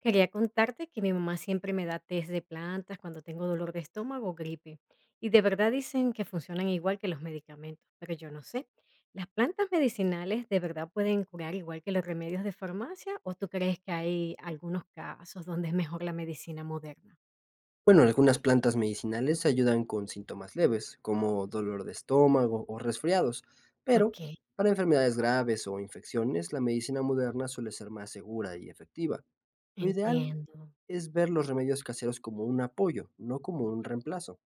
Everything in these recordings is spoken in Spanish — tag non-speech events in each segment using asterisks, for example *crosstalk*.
Quería contarte que mi mamá siempre me da tés de plantas cuando tengo dolor de estómago o gripe. Y de verdad dicen que funcionan igual que los medicamentos, pero yo no sé. ¿Las plantas medicinales de verdad pueden curar igual que los remedios de farmacia? ¿O tú crees que hay algunos casos donde es mejor la medicina moderna? Bueno, algunas plantas medicinales ayudan con síntomas leves, como dolor de estómago o resfriados, pero Ok, para enfermedades graves o infecciones, la medicina moderna suele ser más segura y efectiva. Lo ideal entiendo. es ver los remedios caseros como un apoyo, no como un reemplazo.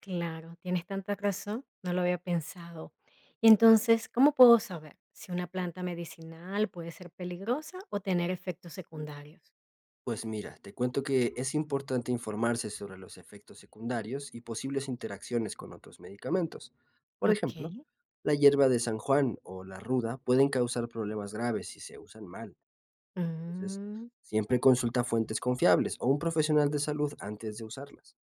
Claro, tienes tanta razón, no lo había pensado. Y entonces, ¿cómo puedo saber si una planta medicinal puede ser peligrosa o tener efectos secundarios? Pues mira, te cuento que es importante informarse sobre los efectos secundarios y posibles interacciones con otros medicamentos. Por Ok. ejemplo, la hierba de San Juan o la ruda pueden causar problemas graves si se usan mal. Entonces, Mm, siempre consulta fuentes confiables o un profesional de salud antes de usarlas.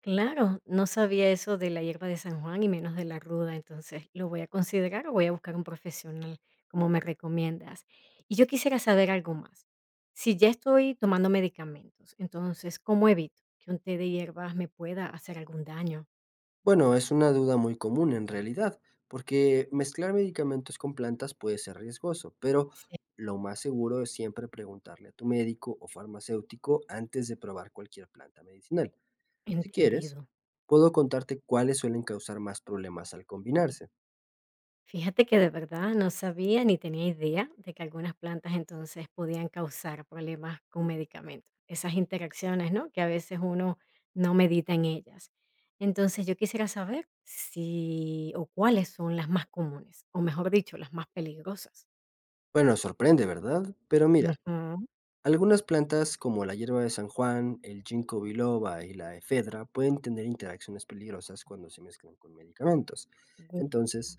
claro, no sabía eso de la hierba de San Juan y menos de la ruda, entonces lo voy a considerar o voy a buscar un profesional, como me recomiendas. Y yo quisiera saber algo más. Si ya estoy tomando medicamentos, entonces, ¿cómo evito que un té de hierbas me pueda hacer algún daño? Bueno, es una duda muy común en realidad, porque mezclar medicamentos con plantas puede ser riesgoso, pero Sí. lo más seguro es siempre preguntarle a tu médico o farmacéutico antes de probar cualquier planta medicinal. Si quieres, Entendido. puedo contarte cuáles suelen causar más problemas al combinarse. Fíjate que de verdad no sabía ni tenía idea de que algunas plantas entonces podían causar problemas con medicamentos, esas interacciones, ¿no? Que a veces uno no medita en ellas. Entonces yo quisiera saber si o cuáles son las más comunes, o mejor dicho, las más peligrosas. Bueno, sorprende, ¿verdad? Pero mira, Ujú. algunas plantas, como la hierba de San Juan, el ginkgo biloba y la efedra, pueden tener interacciones peligrosas cuando se mezclan con medicamentos. Entonces,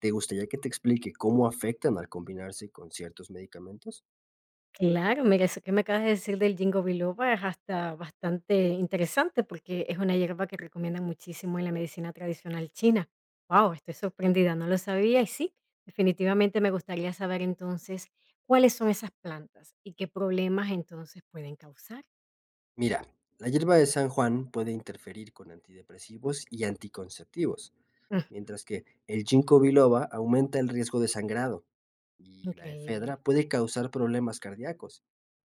¿te gustaría que te explique cómo afectan al combinarse con ciertos medicamentos? Claro, mira, eso que me acabas de decir del Ginkgo biloba es hasta bastante interesante porque es una hierba que recomiendan muchísimo en la medicina tradicional china. Wow, estoy sorprendida, no lo sabía y sí, definitivamente me gustaría saber entonces cuáles son esas plantas y qué problemas entonces pueden causar. Mira, la hierba de San Juan puede interferir con antidepresivos y anticonceptivos, Mm, mientras que el ginkgo biloba aumenta el riesgo de sangrado y la increíble. efedra puede causar problemas cardíacos.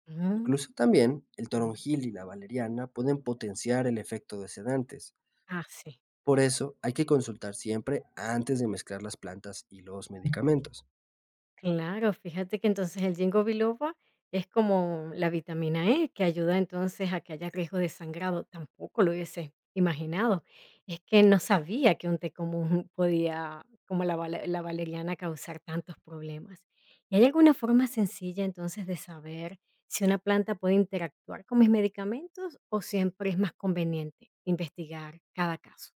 Mm, Incluso también el toronjil y la valeriana pueden potenciar el efecto de sedantes. ah, sí. Por eso hay que consultar siempre antes de mezclar las plantas y los medicamentos. Claro, fíjate que entonces el ginkgo biloba es como la vitamina E que ayuda entonces a que haya riesgo de sangrado. Tampoco lo hubiese imaginado. Es que no sabía que un té común podía, como la, la valeriana, causar tantos problemas. ¿Y hay alguna forma sencilla entonces de saber si una planta puede interactuar con mis medicamentos o siempre es más conveniente investigar cada caso?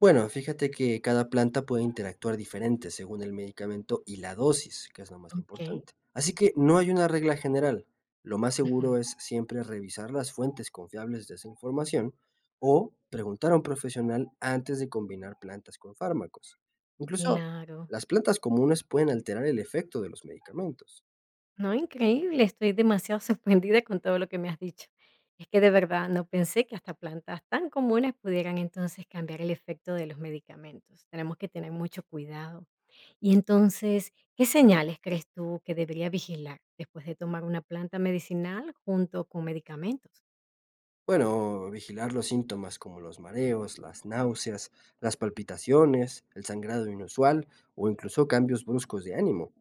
Bueno, fíjate que cada planta puede interactuar diferente según el medicamento y la dosis, que es lo más Ok, importante. Así que no hay una regla general. Lo más seguro ujú, es siempre revisar las fuentes confiables de esa información o preguntar a un profesional antes de combinar plantas con fármacos. Incluso claro. las plantas comunes pueden alterar el efecto de los medicamentos. No, increíble, estoy demasiado *laughs* sorprendida con todo lo que me has dicho. Es que de verdad no pensé que hasta plantas tan comunes pudieran entonces cambiar el efecto de los medicamentos. Tenemos que tener mucho cuidado. Y entonces, ¿qué señales crees tú que debería vigilar después de tomar una planta medicinal junto con medicamentos? Bueno, vigilar los síntomas como los mareos, las náuseas, las palpitaciones, el sangrado inusual o incluso cambios bruscos de ánimo.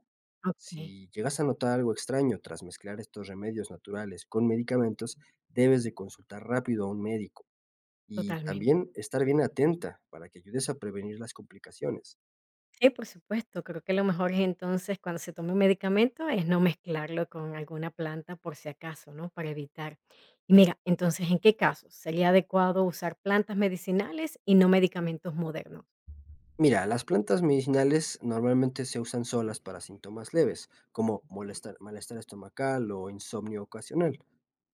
Ok, Si llegas a notar algo extraño tras mezclar estos remedios naturales con medicamentos, debes de consultar rápido a un médico y totalmente. también estar bien atenta para que ayudes a prevenir las complicaciones. Sí, por supuesto. Creo que lo mejor es entonces cuando se tome un medicamento es no mezclarlo con alguna planta por si acaso, ¿no? Para evitar. Y mira, entonces, ¿en qué casos sería adecuado usar plantas medicinales y no medicamentos modernos? Mira, las plantas medicinales normalmente se usan solas para síntomas leves, como malestar estomacal o insomnio ocasional.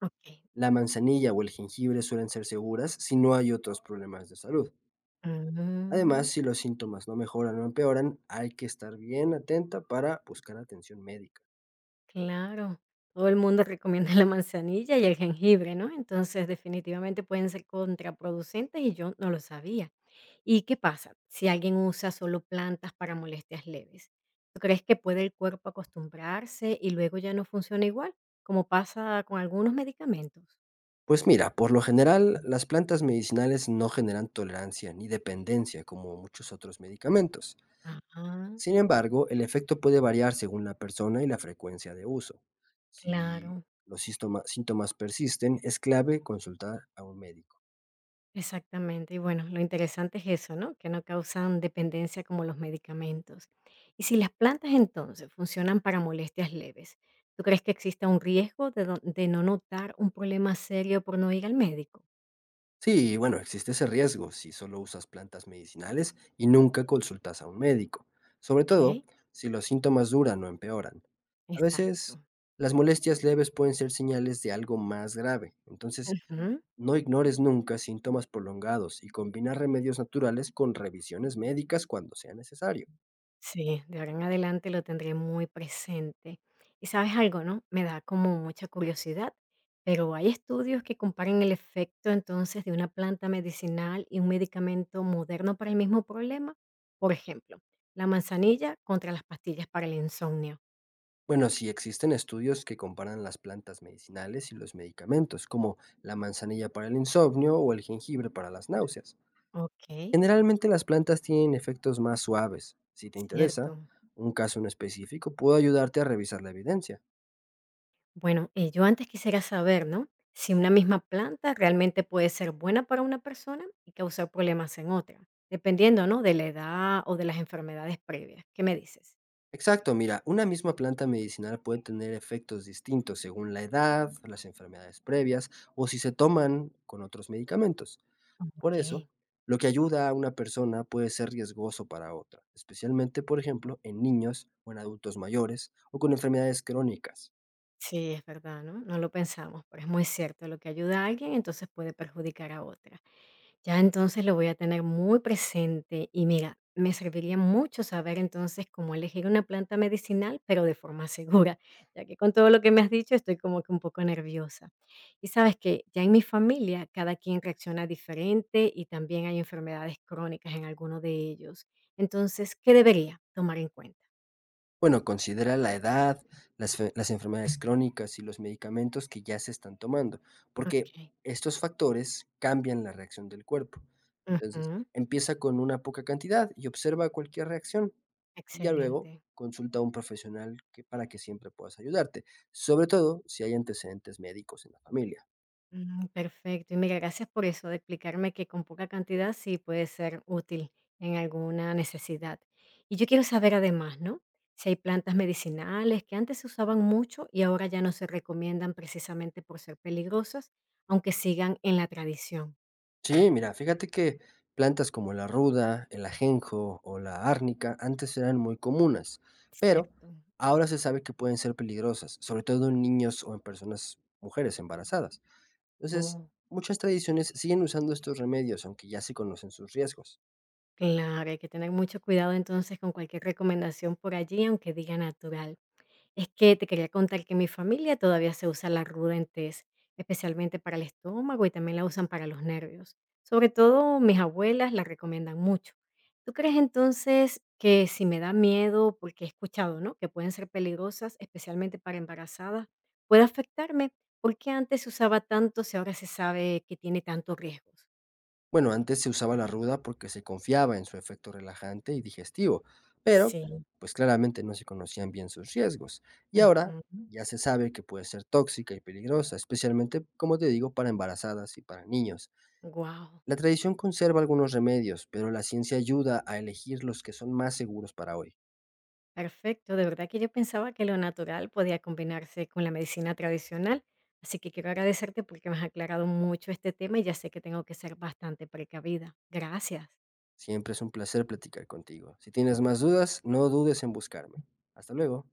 Ok. La manzanilla o el jengibre suelen ser seguras si no hay otros problemas de salud. Mm, Además, si los síntomas no mejoran o empeoran, hay que estar bien atenta para buscar atención médica. claro. Todo el mundo recomienda la manzanilla y el jengibre, ¿no? Entonces, definitivamente pueden ser contraproducentes y yo no lo sabía. ¿Y qué pasa si alguien usa solo plantas para molestias leves? ¿Tú crees que puede el cuerpo acostumbrarse y luego ya no funciona igual, como pasa con algunos medicamentos? Pues mira, por lo general, las plantas medicinales no generan tolerancia ni dependencia como muchos otros medicamentos. Ah, Sin embargo, el efecto puede variar según la persona y la frecuencia de uso. Si claro, los síntomas persisten, es clave consultar a un médico. exactamente. Y bueno, lo interesante es eso, ¿no? Que no causan dependencia como los medicamentos. Y si las plantas entonces funcionan para molestias leves, ¿tú crees que exista un riesgo de no notar un problema serio por no ir al médico? Sí, bueno, existe ese riesgo si solo usas plantas medicinales y nunca consultas a un médico, sobre todo Ok, si los síntomas duran o empeoran. A veces, exacto. las molestias leves pueden ser señales de algo más grave, entonces Ujú. no ignores nunca síntomas prolongados y combina remedios naturales con revisiones médicas cuando sea necesario. Sí, de ahora en adelante lo tendré muy presente. Y sabes algo, ¿no? Me da como mucha curiosidad, pero hay estudios que comparan el efecto entonces de una planta medicinal y un medicamento moderno para el mismo problema. Por ejemplo, la manzanilla contra las pastillas para el insomnio. Bueno, sí existen estudios que comparan las plantas medicinales y los medicamentos, como la manzanilla para el insomnio o el jengibre para las náuseas. Ok, Generalmente las plantas tienen efectos más suaves. Si te interesa, cierto. un caso en específico puedo ayudarte a revisar la evidencia. Bueno, yo antes quisiera saber, ¿no? Si una misma planta realmente puede ser buena para una persona y causar problemas en otra, dependiendo, ¿no? De la edad o de las enfermedades previas. ¿Qué me dices? Exacto, mira, una misma planta medicinal puede tener efectos distintos según la edad, las enfermedades previas o si se toman con otros medicamentos. Por Ok, eso, lo que ayuda a una persona puede ser riesgoso para otra, especialmente, por ejemplo, en niños o en adultos mayores o con enfermedades crónicas. sí, es verdad, ¿no? No lo pensamos, pero es muy cierto. Lo que ayuda a alguien, entonces puede perjudicar a otra. Ya entonces lo voy a tener muy presente y mira, me serviría mucho saber entonces cómo elegir una planta medicinal, pero de forma *laughs* segura, ya que con todo lo que me has dicho estoy como que un poco nerviosa. Y sabes que ya en mi familia cada quien reacciona diferente y también hay enfermedades crónicas en alguno de ellos. Entonces, ¿qué debería tomar en cuenta? Bueno, considera la edad, las enfermedades crónicas y los medicamentos que ya se están tomando, porque Ok. estos factores cambian la reacción del cuerpo. Entonces, Ujú, empieza con una poca cantidad y observa cualquier reacción, y ya excelente. luego consulta a un profesional que para que siempre puedas ayudarte, sobre todo si hay antecedentes médicos en la familia. Mm, perfecto. Y mira, gracias por eso, de explicarme que con poca cantidad sí puede ser útil en alguna necesidad. Y yo quiero saber además, ¿no? Si hay plantas medicinales que antes se usaban mucho y ahora ya no se recomiendan precisamente por ser peligrosas, aunque sigan en la tradición. Sí, mira, fíjate que plantas como la ruda, el ajenjo o la árnica antes eran muy comunes, pero Cierto. ahora se sabe que pueden ser peligrosas, sobre todo en niños o en personas mujeres embarazadas. Entonces, Oh, muchas tradiciones siguen usando estos remedios, aunque ya se conocen sus riesgos. claro, hay que tener mucho cuidado entonces con cualquier recomendación por allí, aunque diga natural. Es que te quería contar que en mi familia todavía se usa la ruda en tés, especialmente para el estómago y también la usan para los nervios. Sobre todo mis abuelas la recomiendan mucho. ¿Tú crees entonces que si me da miedo, porque he escuchado, ¿no? Que pueden ser peligrosas, especialmente para embarazadas, puede afectarme? ¿Por qué antes se usaba tanto si ahora se sabe que tiene tantos riesgos? Bueno, antes se usaba la ruda porque se confiaba en su efecto relajante y digestivo, pero Sí. pues claramente no se conocían bien sus riesgos. Y ahora ya se sabe que puede ser tóxica y peligrosa, especialmente, como te digo, para embarazadas y para niños. Wow. La tradición conserva algunos remedios, pero la ciencia ayuda a elegir los que son más seguros para hoy. Perfecto, de verdad que yo pensaba que lo natural podía combinarse con la medicina tradicional, así que quiero agradecerte porque me has aclarado mucho este tema y ya sé que tengo que ser bastante precavida. Gracias. Siempre es un placer platicar contigo. Si tienes más dudas, no dudes en buscarme. Hasta luego.